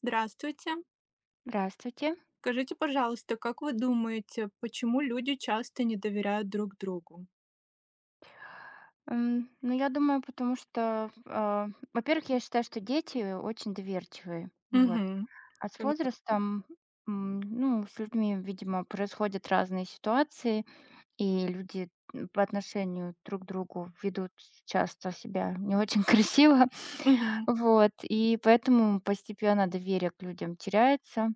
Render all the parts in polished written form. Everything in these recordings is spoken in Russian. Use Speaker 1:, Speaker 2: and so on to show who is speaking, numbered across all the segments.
Speaker 1: Здравствуйте.
Speaker 2: Здравствуйте.
Speaker 1: Скажите, пожалуйста, как вы думаете, почему люди часто не доверяют друг другу?
Speaker 2: Ну, я думаю, потому что, во-первых, я считаю, что дети очень доверчивые, вот.
Speaker 1: Мгм.
Speaker 2: А с возрастом, ну, с людьми, видимо, происходят разные ситуации, и люди, по отношению друг к другу ведут часто себя не очень красиво.
Speaker 1: Мгм.
Speaker 2: Вот, и поэтому постепенно доверие к людям теряется.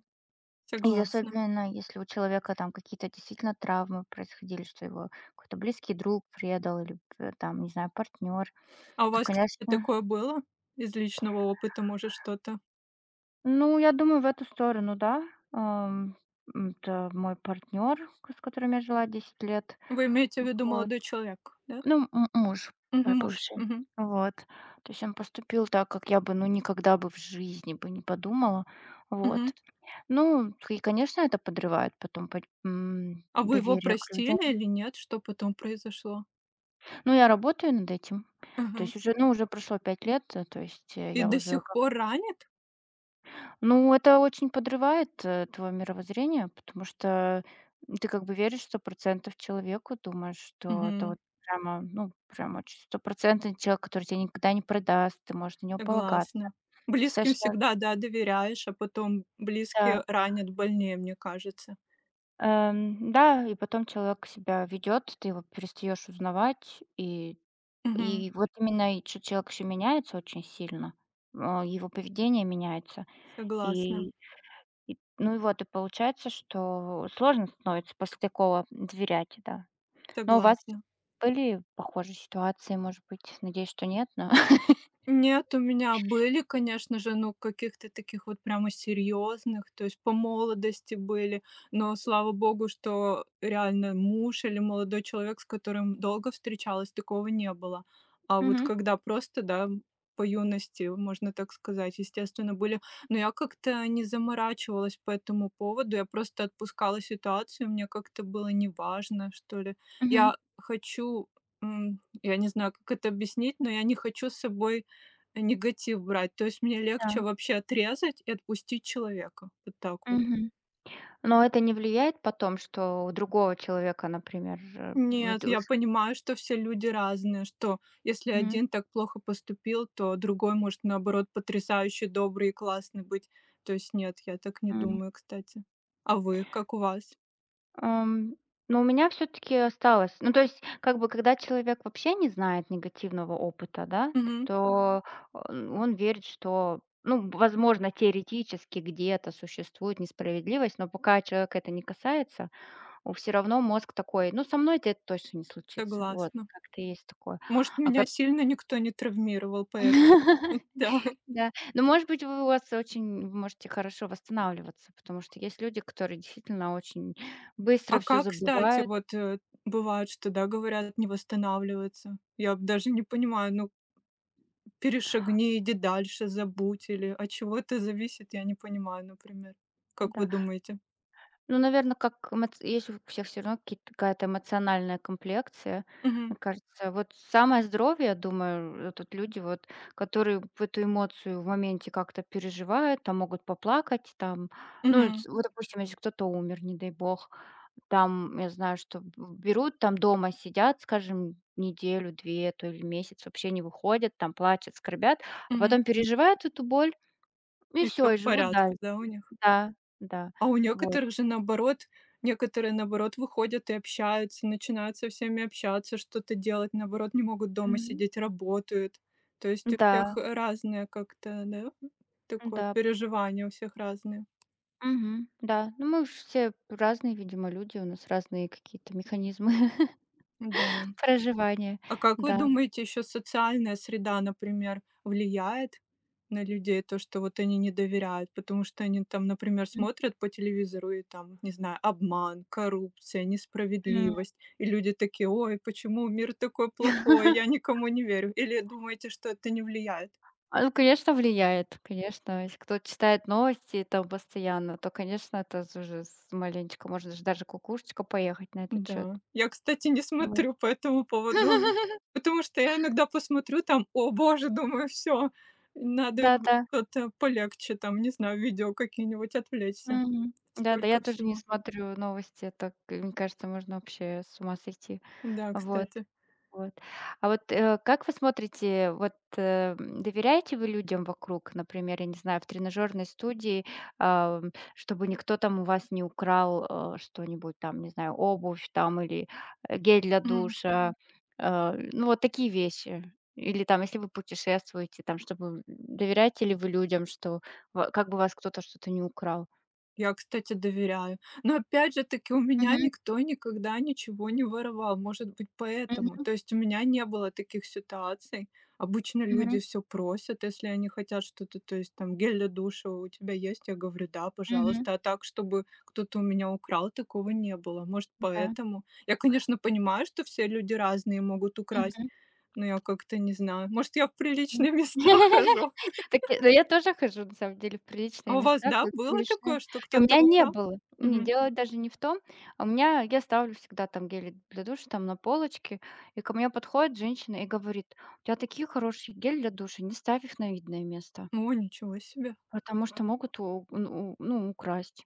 Speaker 2: И
Speaker 1: Согласна.
Speaker 2: особенно, если у человека там какие-то действительно травмы происходили, что его какой-то близкий друг предал или там, не знаю, партнер,
Speaker 1: А у
Speaker 2: то,
Speaker 1: вас, кстати,
Speaker 2: конечно,
Speaker 1: такое было? Из личного опыта, может, что-то?
Speaker 2: ну, я думаю, в эту сторону, да. Ам, Это мой партнер, с которым я жила 10 лет.
Speaker 1: Вы имеете в виду
Speaker 2: Вот.
Speaker 1: молодой человек, да?
Speaker 2: Ну, муж
Speaker 1: Мгм,
Speaker 2: мой
Speaker 1: муж.
Speaker 2: бывший.
Speaker 1: Мгм.
Speaker 2: Вот. То есть он поступил так, как я бы, ну, никогда бы в жизни бы не подумала.
Speaker 1: Мгм.
Speaker 2: Вот. Ну, и, конечно, это подрывает потом
Speaker 1: А вы его
Speaker 2: доверие к людям.
Speaker 1: простили или нет? Что потом произошло?
Speaker 2: Ну, я работаю над этим. То
Speaker 1: Мгм.
Speaker 2: есть уже, ну, уже прошло 5 лет, то есть,
Speaker 1: И
Speaker 2: я
Speaker 1: до
Speaker 2: уже
Speaker 1: сих
Speaker 2: как.
Speaker 1: пор ранит?
Speaker 2: Ну, это очень подрывает, твое мировоззрение, потому что ты как бы веришь сто процентов человеку, думаешь, что это
Speaker 1: Мгм.
Speaker 2: вот прямо, ну, прям очень стопроцентный человек, который тебя никогда не предаст, ты можешь на него полагаться.
Speaker 1: Согласна. Близким
Speaker 2: Достаточно,
Speaker 1: всегда, да, доверяешь, а потом
Speaker 2: да.
Speaker 1: близкие ранят больнее, мне кажется.
Speaker 2: Да, и потом человек себя ведет, ты его перестаешь узнавать, и
Speaker 1: Мгм.
Speaker 2: и вот именно и чё человек еще меняется очень сильно, его поведение меняется.
Speaker 1: Согласна,
Speaker 2: И и ну и вот, и получается, что сложно становится после такого доверять, да. Но у вас
Speaker 1: согласна.
Speaker 2: были похожие ситуации, может быть? Надеюсь, что нет, но
Speaker 1: Нет, у меня были, конечно же, ну, каких-то таких вот прямо серьезных, то есть по молодости были, но слава богу, что реально муж или молодой человек, с которым долго встречалась, такого не было. А вот
Speaker 2: Мгм,
Speaker 1: когда просто, да, по юности, можно так сказать, естественно, были, но я как-то не заморачивалась по этому поводу, я просто отпускала ситуацию, мне как-то было неважно, что ли.
Speaker 2: мгм,
Speaker 1: Я хочу я не знаю, как это объяснить, но я не хочу с собой негатив брать. То есть мне
Speaker 2: да,
Speaker 1: легче вообще отрезать и отпустить человека. Вот так вот.
Speaker 2: мгм. Но это не влияет потом, что у другого человека, например, вы
Speaker 1: Нет,
Speaker 2: д
Speaker 1: я
Speaker 2: уж.
Speaker 1: понимаю, что все люди разные, что если
Speaker 2: Мгм.
Speaker 1: один так плохо поступил, то другой может, наоборот, потрясающе добрый и классный быть. То есть нет, я так не думаю, кстати. А вы, как у вас?
Speaker 2: Ам, но у меня все таки осталось. Ну, то есть, как бы, когда человек вообще не знает негативного опыта, да,
Speaker 1: Мгм.
Speaker 2: то он верит, что, ну, возможно, теоретически где-то существует несправедливость, но пока человека это не касается, всё равно мозг такой: "Ну, со мной это точно не случится". Вот,
Speaker 1: Согласна.
Speaker 2: как-то есть такое.
Speaker 1: Может,
Speaker 2: А
Speaker 1: меня
Speaker 2: как
Speaker 1: сильно никто не травмировал, поэтому. Да.
Speaker 2: да. Ну, может быть, вы у вас очень вы можете хорошо восстанавливаться, потому что есть люди, которые действительно очень быстро
Speaker 1: А
Speaker 2: все
Speaker 1: как, кстати,
Speaker 2: забывают.
Speaker 1: бывает, что, да, говорят, не восстанавливается? Я б даже не понимаю, ну, перешагни, иди дальше, забудь или от чего это зависит, я не понимаю, например. Как вы
Speaker 2: Да.
Speaker 1: думаете?
Speaker 2: Ну, наверное, есть у всех все равно какие-то какая-то эмоциональная комплекция.
Speaker 1: Мгм.
Speaker 2: Мне кажется, вот самое здоровье, я думаю, тут люди вот, которые в эту эмоцию в моменте как-то переживают, там могут поплакать, там, ну, или
Speaker 1: Мгм.
Speaker 2: ц вот, допустим, если кто-то умер, не дай бог, там, я знаю, что б берут, там дома сидят, скажем, неделю, 2, то или месяц, вообще не выходят, там плачут, скорбят, а
Speaker 1: Мгм.
Speaker 2: потом переживают эту боль, и
Speaker 1: И
Speaker 2: все
Speaker 1: все
Speaker 2: и
Speaker 1: в
Speaker 2: живут
Speaker 1: порядке,
Speaker 2: дальше.
Speaker 1: да, у них?
Speaker 2: Да, да,
Speaker 1: А у
Speaker 2: вот.
Speaker 1: некоторых же наоборот, некоторые наоборот выходят и общаются, начинают со всеми общаться, что-то делать, наоборот, не могут дома
Speaker 2: Мгм.
Speaker 1: сидеть, работают. То есть у всех
Speaker 2: Да.
Speaker 1: разное как-то, да, такое
Speaker 2: Да,
Speaker 1: переживание у всех разные.
Speaker 2: мгм, да. Ну, мы ж все разные, видимо, люди, у нас разные какие-то механизмы
Speaker 1: Да.
Speaker 2: проживания,
Speaker 1: А как вы
Speaker 2: да.
Speaker 1: думаете, еще социальная среда, например, влияет на людей, то, что вот они не доверяют? Потому что они там, например, смотрят по телевизору и там, не знаю, обман, коррупция,
Speaker 2: Мгм.
Speaker 1: несправедливость. И люди такие, ой, почему мир такой плохой, я никому не верю. Или думаете, что это не влияет?
Speaker 2: А, ну, конечно, влияет, конечно. Если кто-то читает новости там постоянно, то, конечно, это уже маленечко, можно же даже кукушечка поехать на этот счет.
Speaker 1: Да. Я, кстати, не
Speaker 2: Вот.
Speaker 1: смотрю по этому поводу, потому что я иногда посмотрю там: "О боже!" — думаю, все надо
Speaker 2: Да-да.
Speaker 1: что-то полегче, там, не знаю, видео какие-нибудь, отвлечься.
Speaker 2: Мгм. Да-да, я
Speaker 1: Столько
Speaker 2: тоже не
Speaker 1: всего.
Speaker 2: смотрю новости, это, мне кажется, можно вообще с ума сойти.
Speaker 1: Да,
Speaker 2: Вот.
Speaker 1: кстати.
Speaker 2: Вот. А вот, как вы смотрите, вот, доверяете вы людям вокруг? Например, я не знаю, в тренажерной студии, чтобы никто там у вас не украл, что-нибудь там, не знаю, обувь там или гель для душа, ну, вот такие вещи. Или там, если вы путешествуете, там, чтобы, доверяете ли вы людям, что ва как бы вас кто-то что-то не украл?
Speaker 1: Я, кстати, доверяю. Но опять же таки у меня
Speaker 2: Мгм.
Speaker 1: никто никогда ничего не воровал. Может быть, поэтому.
Speaker 2: Мгм.
Speaker 1: То есть у меня не было таких ситуаций. Обычно люди
Speaker 2: Мгм.
Speaker 1: все просят, если они хотят что-то. То есть там гель для душа у тебя есть? Я говорю: "Да,
Speaker 2: Мгм.
Speaker 1: пожалуйста". А так, чтобы кто-то у меня украл, такого не было. Может,
Speaker 2: Да.
Speaker 1: поэтому. Я, конечно, понимаю, что все люди разные могут украсть,
Speaker 2: Мгм.
Speaker 1: но я как-то не знаю. Может, я в
Speaker 2: М.
Speaker 1: приличные места хожу.
Speaker 2: Так, да я тоже хожу, на самом деле, в приличные
Speaker 1: А у вас,
Speaker 2: места,
Speaker 1: да,
Speaker 2: в
Speaker 1: было
Speaker 2: приличные.
Speaker 1: такое, что
Speaker 2: И у
Speaker 1: кто-то
Speaker 2: меня не
Speaker 1: украл?
Speaker 2: было. Не,
Speaker 1: Мгм.
Speaker 2: дело даже не в том. А У меня я ставлю всегда там гели для душа там на полочке, и ко мне подходит женщина и говорит: "У тебя такие хорошие гели для душа, не ставь их на видное место".
Speaker 1: О, ничего себе.
Speaker 2: Потому что могут у ну украсть.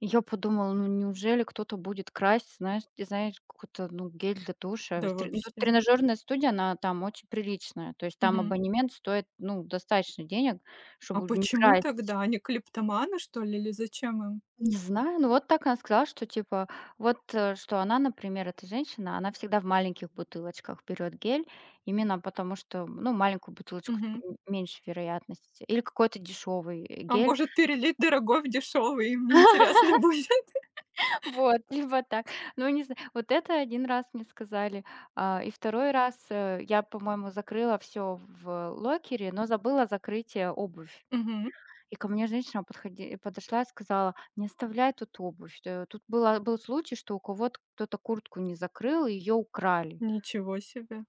Speaker 2: И я подумала: "Ну неужели кто-то будет красть?" Ты знаешь, какой-то, ну, гель для душа.
Speaker 1: Да
Speaker 2: С тре Ну, тут
Speaker 1: вообще.
Speaker 2: тренажерная студия, она там очень приличная. То есть там
Speaker 1: Мгм.
Speaker 2: абонемент стоит, ну, достаточно денег,
Speaker 1: А
Speaker 2: чтобы не
Speaker 1: почему
Speaker 2: красть.
Speaker 1: тогда? Они клиптоманы, что ли, или зачем им?
Speaker 2: Не знаю, ну вот так она сказала, что типа вот, что она, например, эта женщина, она всегда в маленьких бутылочках берет гель, именно потому что, ну, маленькую бутылочку
Speaker 1: Мгм.
Speaker 2: меньше вероятности. Или какой-то дешевый,
Speaker 1: А
Speaker 2: гель.
Speaker 1: может, перелить дорогой в дешёвый, им неинтересно будет?
Speaker 2: Вот, либо так. Ну, не знаю, вот это один раз мне сказали, и второй раз, я, по-моему, закрыла все в локере, но забыла закрыть, обувь.
Speaker 1: Мгм.
Speaker 2: И ко мне женщина подходи подошла и сказала: "Не оставляй тут обувь". Тут был случай, что у кого-то кто-то куртку не закрыл, и её украли.
Speaker 1: Ничего себе.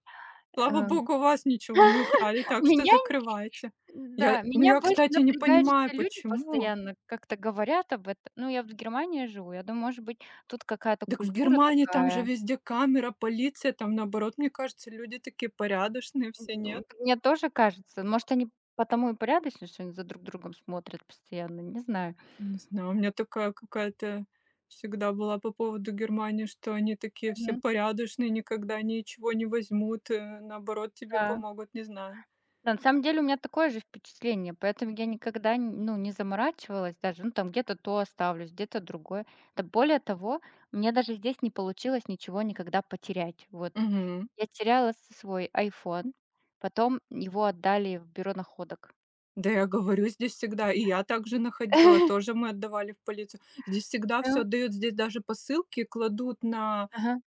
Speaker 1: Слава
Speaker 2: Э,
Speaker 1: богу, у вас ничего не украли, так что
Speaker 2: меня
Speaker 1: закрывайте. Я
Speaker 2: да,
Speaker 1: Ну,
Speaker 2: меня
Speaker 1: я,
Speaker 2: больше
Speaker 1: кстати, не
Speaker 2: напрягает,
Speaker 1: понимаю,
Speaker 2: что люди
Speaker 1: почему.
Speaker 2: постоянно как-то говорят об этом. Ну, я вот в Германии живу, я думаю, может быть, тут какая-то
Speaker 1: Так в
Speaker 2: культура
Speaker 1: Германии там же
Speaker 2: такая.
Speaker 1: везде камера, полиция, там, наоборот, мне кажется, люди такие порядочные все, нет?
Speaker 2: Мне тоже кажется. Может, они потому и порядочные, что они за друг другом смотрят постоянно, не знаю.
Speaker 1: Не знаю, у меня такая какая-то всегда была по поводу Германии, что они такие все
Speaker 2: Мгм.
Speaker 1: порядочные, никогда ничего не возьмут, наоборот, тебе
Speaker 2: Да.
Speaker 1: помогут, не знаю.
Speaker 2: Да, на самом деле у меня такое же впечатление, поэтому я никогда, н ну, не заморачивалась даже. Ну, там где-то то оставлю, где-то другое. Да более того, мне даже здесь не получилось ничего никогда потерять. Вот.
Speaker 1: Мгм.
Speaker 2: Я теряла с свой iPhone, потом его отдали в бюро находок.
Speaker 1: Да я говорю, здесь всегда, и я также находила, тоже мы отдавали в полицию. Здесь всегда все
Speaker 2: Да.
Speaker 1: отдают, здесь даже посылки кладут на
Speaker 2: Ага.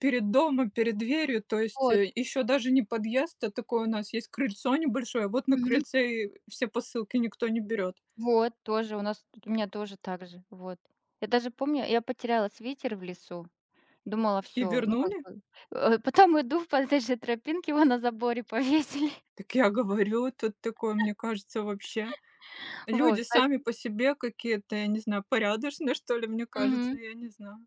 Speaker 1: перед домом, перед дверью, то есть,
Speaker 2: Вот.
Speaker 1: еще даже не подъезд, а такое у нас есть крыльцо небольшое, вот на крыльце и все посылки никто не берет.
Speaker 2: Вот, у меня тоже так же, вот. Я даже помню, я потеряла свитер в лесу, думала,
Speaker 1: И
Speaker 2: все, ну, как
Speaker 1: вернули.
Speaker 2: бы, потом иду по этой же тропинке, его на заборе повесили,
Speaker 1: Так я говорю, тут такое, мне кажется, вообще люди
Speaker 2: вот, по.
Speaker 1: сами по себе какие-то, я не знаю, порядочные, что ли, мне кажется,
Speaker 2: Мгм.
Speaker 1: я не знаю.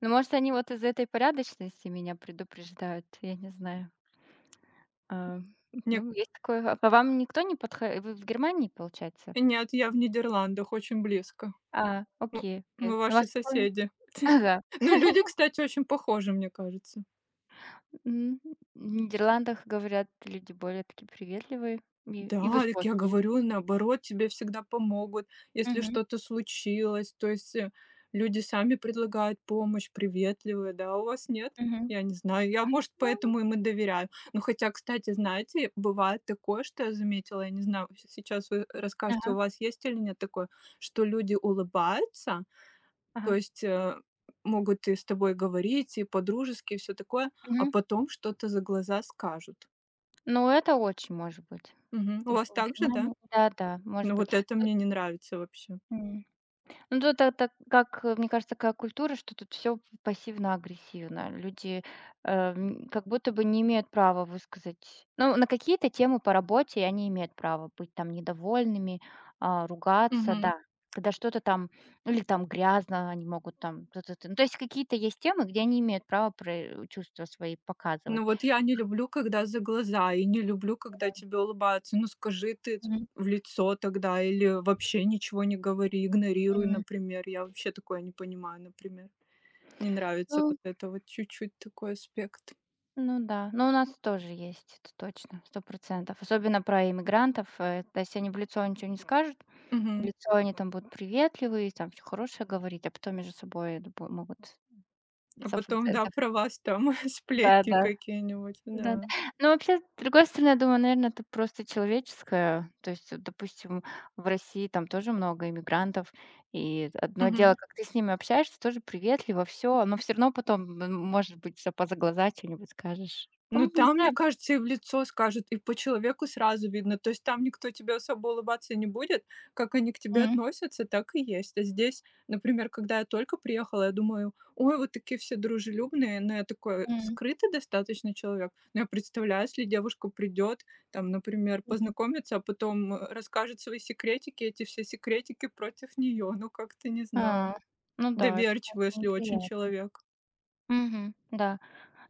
Speaker 2: Ну, может, они вот из этой порядочности меня предупреждают, я не знаю. А,
Speaker 1: Нет,
Speaker 2: ну, есть такое. А по вам никто не подходит, вы в Германии, получается?
Speaker 1: нет, я в Нидерландах, очень близко.
Speaker 2: А,
Speaker 1: Мы
Speaker 2: окей, окей.
Speaker 1: мы
Speaker 2: Ну, у
Speaker 1: ваши
Speaker 2: вас такое
Speaker 1: соседи.
Speaker 2: ага.
Speaker 1: Ну, люди, кстати, очень похожи, мне кажется.
Speaker 2: М, в Нидерландах, говорят, люди более такие приветливые и
Speaker 1: Да, так я
Speaker 2: высокие.
Speaker 1: говорю, наоборот, тебе всегда помогут, если
Speaker 2: Мгм.
Speaker 1: что-то случилось. То есть люди сами предлагают помощь, приветливые, да, у вас нет?
Speaker 2: Мгм.
Speaker 1: Я не знаю, я, может,
Speaker 2: Ну,
Speaker 1: поэтому им и доверяю. Ну, хотя, кстати, знаете, бывает такое, что я заметила, я не знаю, сейчас вы расскажете, у
Speaker 2: ага,
Speaker 1: вас есть или нет такое, что люди улыбаются, то
Speaker 2: ага.
Speaker 1: есть могут и с тобой говорить, и по-дружески, и все такое, а
Speaker 2: Мгм.
Speaker 1: потом что-то за глаза скажут.
Speaker 2: Ну, это очень может быть.
Speaker 1: Мгм. У
Speaker 2: В
Speaker 1: вас
Speaker 2: в
Speaker 1: так же, да?
Speaker 2: Германии да-да, может
Speaker 1: Ну,
Speaker 2: быть.
Speaker 1: вот это
Speaker 2: Тут,
Speaker 1: мне не нравится вообще.
Speaker 2: м, ну, тут это как, мне кажется, такая культура, что тут все пассивно-агрессивно. Люди, как будто бы не имеют права высказать, ну, на какие-то темы по работе они имеют право быть там недовольными, ругаться,
Speaker 1: Мгм.
Speaker 2: да. Когда что-то там ну, или там грязно, они могут там т-т-т. Ну, то есть какие-то есть темы, где они имеют право про чувства свои показывать.
Speaker 1: Ну, вот я не люблю, когда за глаза, и не люблю, когда тебе улыбаются. Ну, скажи ты в лицо тогда или вообще ничего не говори, игнорируй,
Speaker 2: М,
Speaker 1: например. Я вообще такое не понимаю, например. Не нравится
Speaker 2: ну
Speaker 1: вот это вот чуть-чуть такой аспект.
Speaker 2: ну да. Но у нас тоже есть, это точно, сто процентов. Особенно про иммигрантов. То есть они в лицо ничего не скажут, в
Speaker 1: Мгм.
Speaker 2: лицо они там будут приветливые, там все хорошее говорить, а потом между собой, я думаю, могут
Speaker 1: А
Speaker 2: 100.
Speaker 1: потом, да, про вас там сплетни
Speaker 2: Да-да.
Speaker 1: какие-нибудь,
Speaker 2: Да-да.
Speaker 1: да.
Speaker 2: Но вообще, с другой стороны, я думаю, наверное, это просто человеческое. То есть, вот, допустим, в России там тоже много иммигрантов, и одно
Speaker 1: Мгм.
Speaker 2: дело, как ты с ними общаешься, тоже приветливо, все, но все равно потом, может быть, что позаглаза что нибудь скажешь. Ну,
Speaker 1: Ну,
Speaker 2: не
Speaker 1: там, мне
Speaker 2: знаю.
Speaker 1: кажется, и в лицо скажут, и по человеку сразу видно. То есть там никто тебе особо улыбаться не будет. Как они к тебе
Speaker 2: М,
Speaker 1: относятся, так и есть. А здесь, например, когда я только приехала, я думаю, ой, вот такие все дружелюбные, но я такой
Speaker 2: м,
Speaker 1: скрытый достаточно человек. Но я представляю, если девушка придет, там, например,
Speaker 2: мгм.
Speaker 1: познакомиться, а потом расскажет свои секретики, эти все секретики против нее. Ну, как-то не знаю.
Speaker 2: А, ну да, это,
Speaker 1: Доверчивый,
Speaker 2: конечно,
Speaker 1: если очень
Speaker 2: неприятно.
Speaker 1: человек.
Speaker 2: Мгм. Да.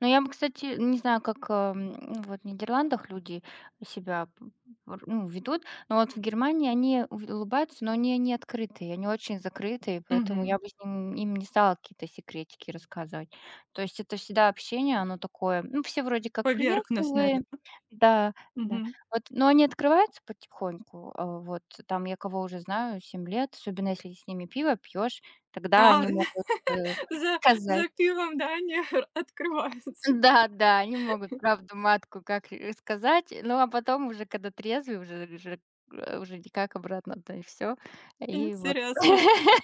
Speaker 2: Но я бы, кстати, не знаю, как, ну, вот в Нидерландах люди себя п р ну, ведут, но вот в Германии они у улыбаются, но они не открытые, они очень закрытые, поэтому
Speaker 1: Мгм.
Speaker 2: я бы с ним им не стала какие-то секретики рассказывать. То есть это всегда общение, оно такое, ну, все вроде как
Speaker 1: Поверхностная,
Speaker 2: приветливые.
Speaker 1: да?
Speaker 2: Да, да.
Speaker 1: Мгм.
Speaker 2: Вот, но они открываются потихоньку. А, вот там я кого уже знаю 7 лет, особенно если с ними пиво пьешь, тогда
Speaker 1: А,
Speaker 2: они могут,
Speaker 1: за
Speaker 2: сказать.
Speaker 1: за пивом, да, они открываются.
Speaker 2: Да, да, они могут правду матку как, сказать, ну, а потом уже, когда трезвый, уже никак обратно-то и все. И вот
Speaker 1: Интересно.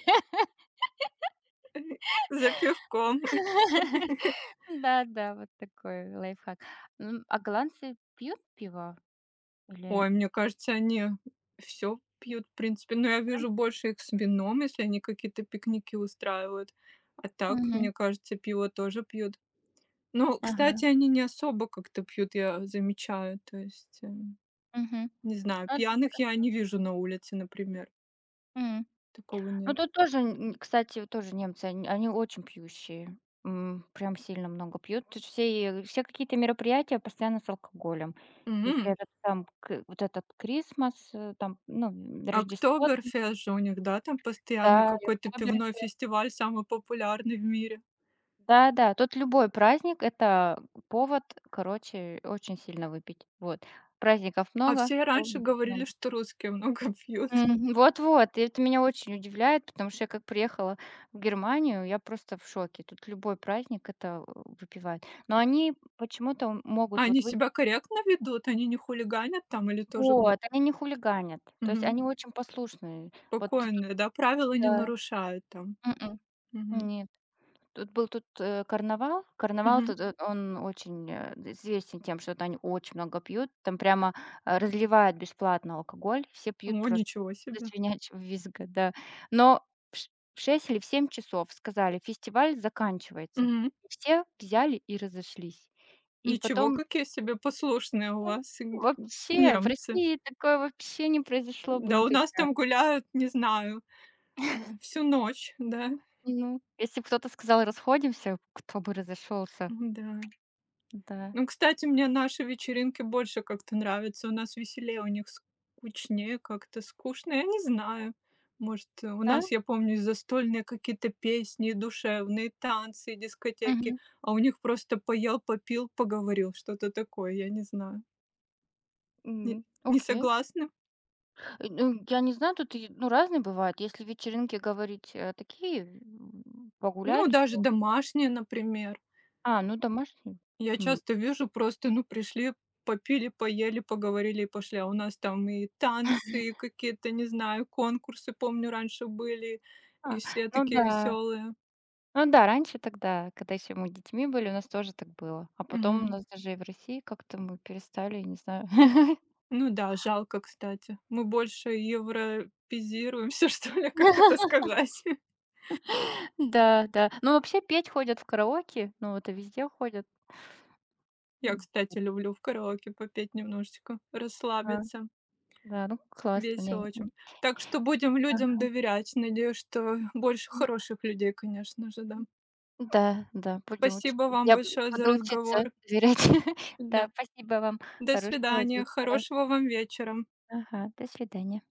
Speaker 1: За пивком.
Speaker 2: да-да, вот такой лайфхак. А голландцы пьют пиво или они.
Speaker 1: Ой, мне кажется, они все пьют, в принципе. Но я вижу больше их с вином, если они какие-то пикники устраивают. А так,
Speaker 2: Мгм.
Speaker 1: мне кажется, пиво тоже пьют. Но,
Speaker 2: Ага.
Speaker 1: кстати, они не особо как-то пьют, я замечаю. То есть,
Speaker 2: Мгм.
Speaker 1: не знаю,
Speaker 2: Ну, это
Speaker 1: пьяных я
Speaker 2: хорошо.
Speaker 1: не вижу на улице, например. Такого
Speaker 2: Ну,
Speaker 1: нет.
Speaker 2: тут тоже, н кстати, вот тоже немцы, они очень пьющие, прям сильно много пьют. Тут все какие-то мероприятия постоянно с алкоголем. Если это там к вот этот Крисмас, там, ну, Рождество,
Speaker 1: Октоберфест же у них, да, там постоянно
Speaker 2: да, и
Speaker 1: какой-то пивной
Speaker 2: Октоберфест.
Speaker 1: фестиваль, самый популярный в мире.
Speaker 2: Да-да, тут любой праздник — это повод, короче, очень сильно выпить. Вот. Праздников
Speaker 1: А
Speaker 2: много,
Speaker 1: все раньше
Speaker 2: поводов
Speaker 1: говорили,
Speaker 2: много.
Speaker 1: что русские много пьют.
Speaker 2: Мгм. Вот-вот, и это меня очень удивляет, потому что я как приехала в Германию, я просто в шоке. Тут любой праздник это выпивают. Но они почему-то
Speaker 1: А
Speaker 2: могут
Speaker 1: они
Speaker 2: вот выпить.
Speaker 1: себя корректно ведут? Они не хулиганят там или тоже б
Speaker 2: Вот, они не хулиганят. То есть
Speaker 1: Мгм.
Speaker 2: они очень послушные. Вот тут,
Speaker 1: Спокойные, да, правила не
Speaker 2: да.
Speaker 1: нарушают там?
Speaker 2: Мгм.
Speaker 1: Мгм.
Speaker 2: Нет. Тут был карнавал. Карнавал
Speaker 1: Мгм.
Speaker 2: тут, он очень, известен тем, что там очень много пьют. Там прямо, разливают бесплатно алкоголь. Все пьют
Speaker 1: О,
Speaker 2: просто
Speaker 1: ничего
Speaker 2: до
Speaker 1: себе.
Speaker 2: свинячьего визга, да. Но в ш в 6 или в 7 часов сказали: "Фестиваль заканчивается".
Speaker 1: Мгм.
Speaker 2: И все взяли и разошлись. И
Speaker 1: Ничего,
Speaker 2: потом
Speaker 1: какие себе послушные у вас
Speaker 2: ну,
Speaker 1: н
Speaker 2: вообще в
Speaker 1: немцы.
Speaker 2: России такое вообще не произошло бы
Speaker 1: Да у
Speaker 2: никак.
Speaker 1: нас там гуляют, не знаю, э, всю ночь, да.
Speaker 2: Ну, если б кто-то сказал: "Расходимся", кто бы разошелся.
Speaker 1: Да.
Speaker 2: Да.
Speaker 1: Ну, кстати, мне наши вечеринки больше как-то нравятся. У нас веселее, у них скучнее, как-то скучно. Я не знаю. Может, у
Speaker 2: Да?
Speaker 1: нас, я помню, застольные какие-то песни, душевные танцы, дискотеки,
Speaker 2: Мгм.
Speaker 1: а у них просто поел, попил, поговорил, что-то такое, я не знаю. Не,
Speaker 2: Мгм.
Speaker 1: не
Speaker 2: Окей.
Speaker 1: согласна?
Speaker 2: Ну, я не знаю, тут, и ну, разные бывают. Если вечеринки говорить, такие,
Speaker 1: Ну,
Speaker 2: погулять.
Speaker 1: даже домашние, например.
Speaker 2: А, ну, домашние.
Speaker 1: Я
Speaker 2: М,
Speaker 1: часто вижу просто, ну, пришли, попили, поели, поговорили и пошли. А у нас там и танцы, и какие-то, не знаю, конкурсы, помню, раньше были, и
Speaker 2: а,
Speaker 1: все
Speaker 2: ну
Speaker 1: такие
Speaker 2: да.
Speaker 1: веселые.
Speaker 2: Ну да, раньше тогда, когда еще мы детьми были, у нас тоже так было. А потом у
Speaker 1: Мгм.
Speaker 2: нас даже и в России как-то мы перестали, я не знаю.
Speaker 1: Ну да, жалко, кстати. Мы больше европезируемся, что ли, как это сказать.
Speaker 2: Да, да. Ну, вообще петь ходят в караоке, ну, это везде ходят.
Speaker 1: Я,
Speaker 2: М,
Speaker 1: кстати, люблю в караоке попеть немножечко,
Speaker 2: а,
Speaker 1: расслабиться.
Speaker 2: да, ну, классно,
Speaker 1: Весело
Speaker 2: не.
Speaker 1: очень. Так что будем людям доверять. Надеюсь, что больше
Speaker 2: Ага.
Speaker 1: хороших людей, конечно же, да.
Speaker 2: Да, да, будем учить.
Speaker 1: Спасибо вам
Speaker 2: я буду
Speaker 1: большое за
Speaker 2: буду учиться
Speaker 1: разговор.
Speaker 2: доверять.
Speaker 1: Да.
Speaker 2: Да, спасибо вам.
Speaker 1: До
Speaker 2: Хорошего
Speaker 1: свидания.
Speaker 2: вечера.
Speaker 1: Хорошего вам вечера.
Speaker 2: Ага, до свидания.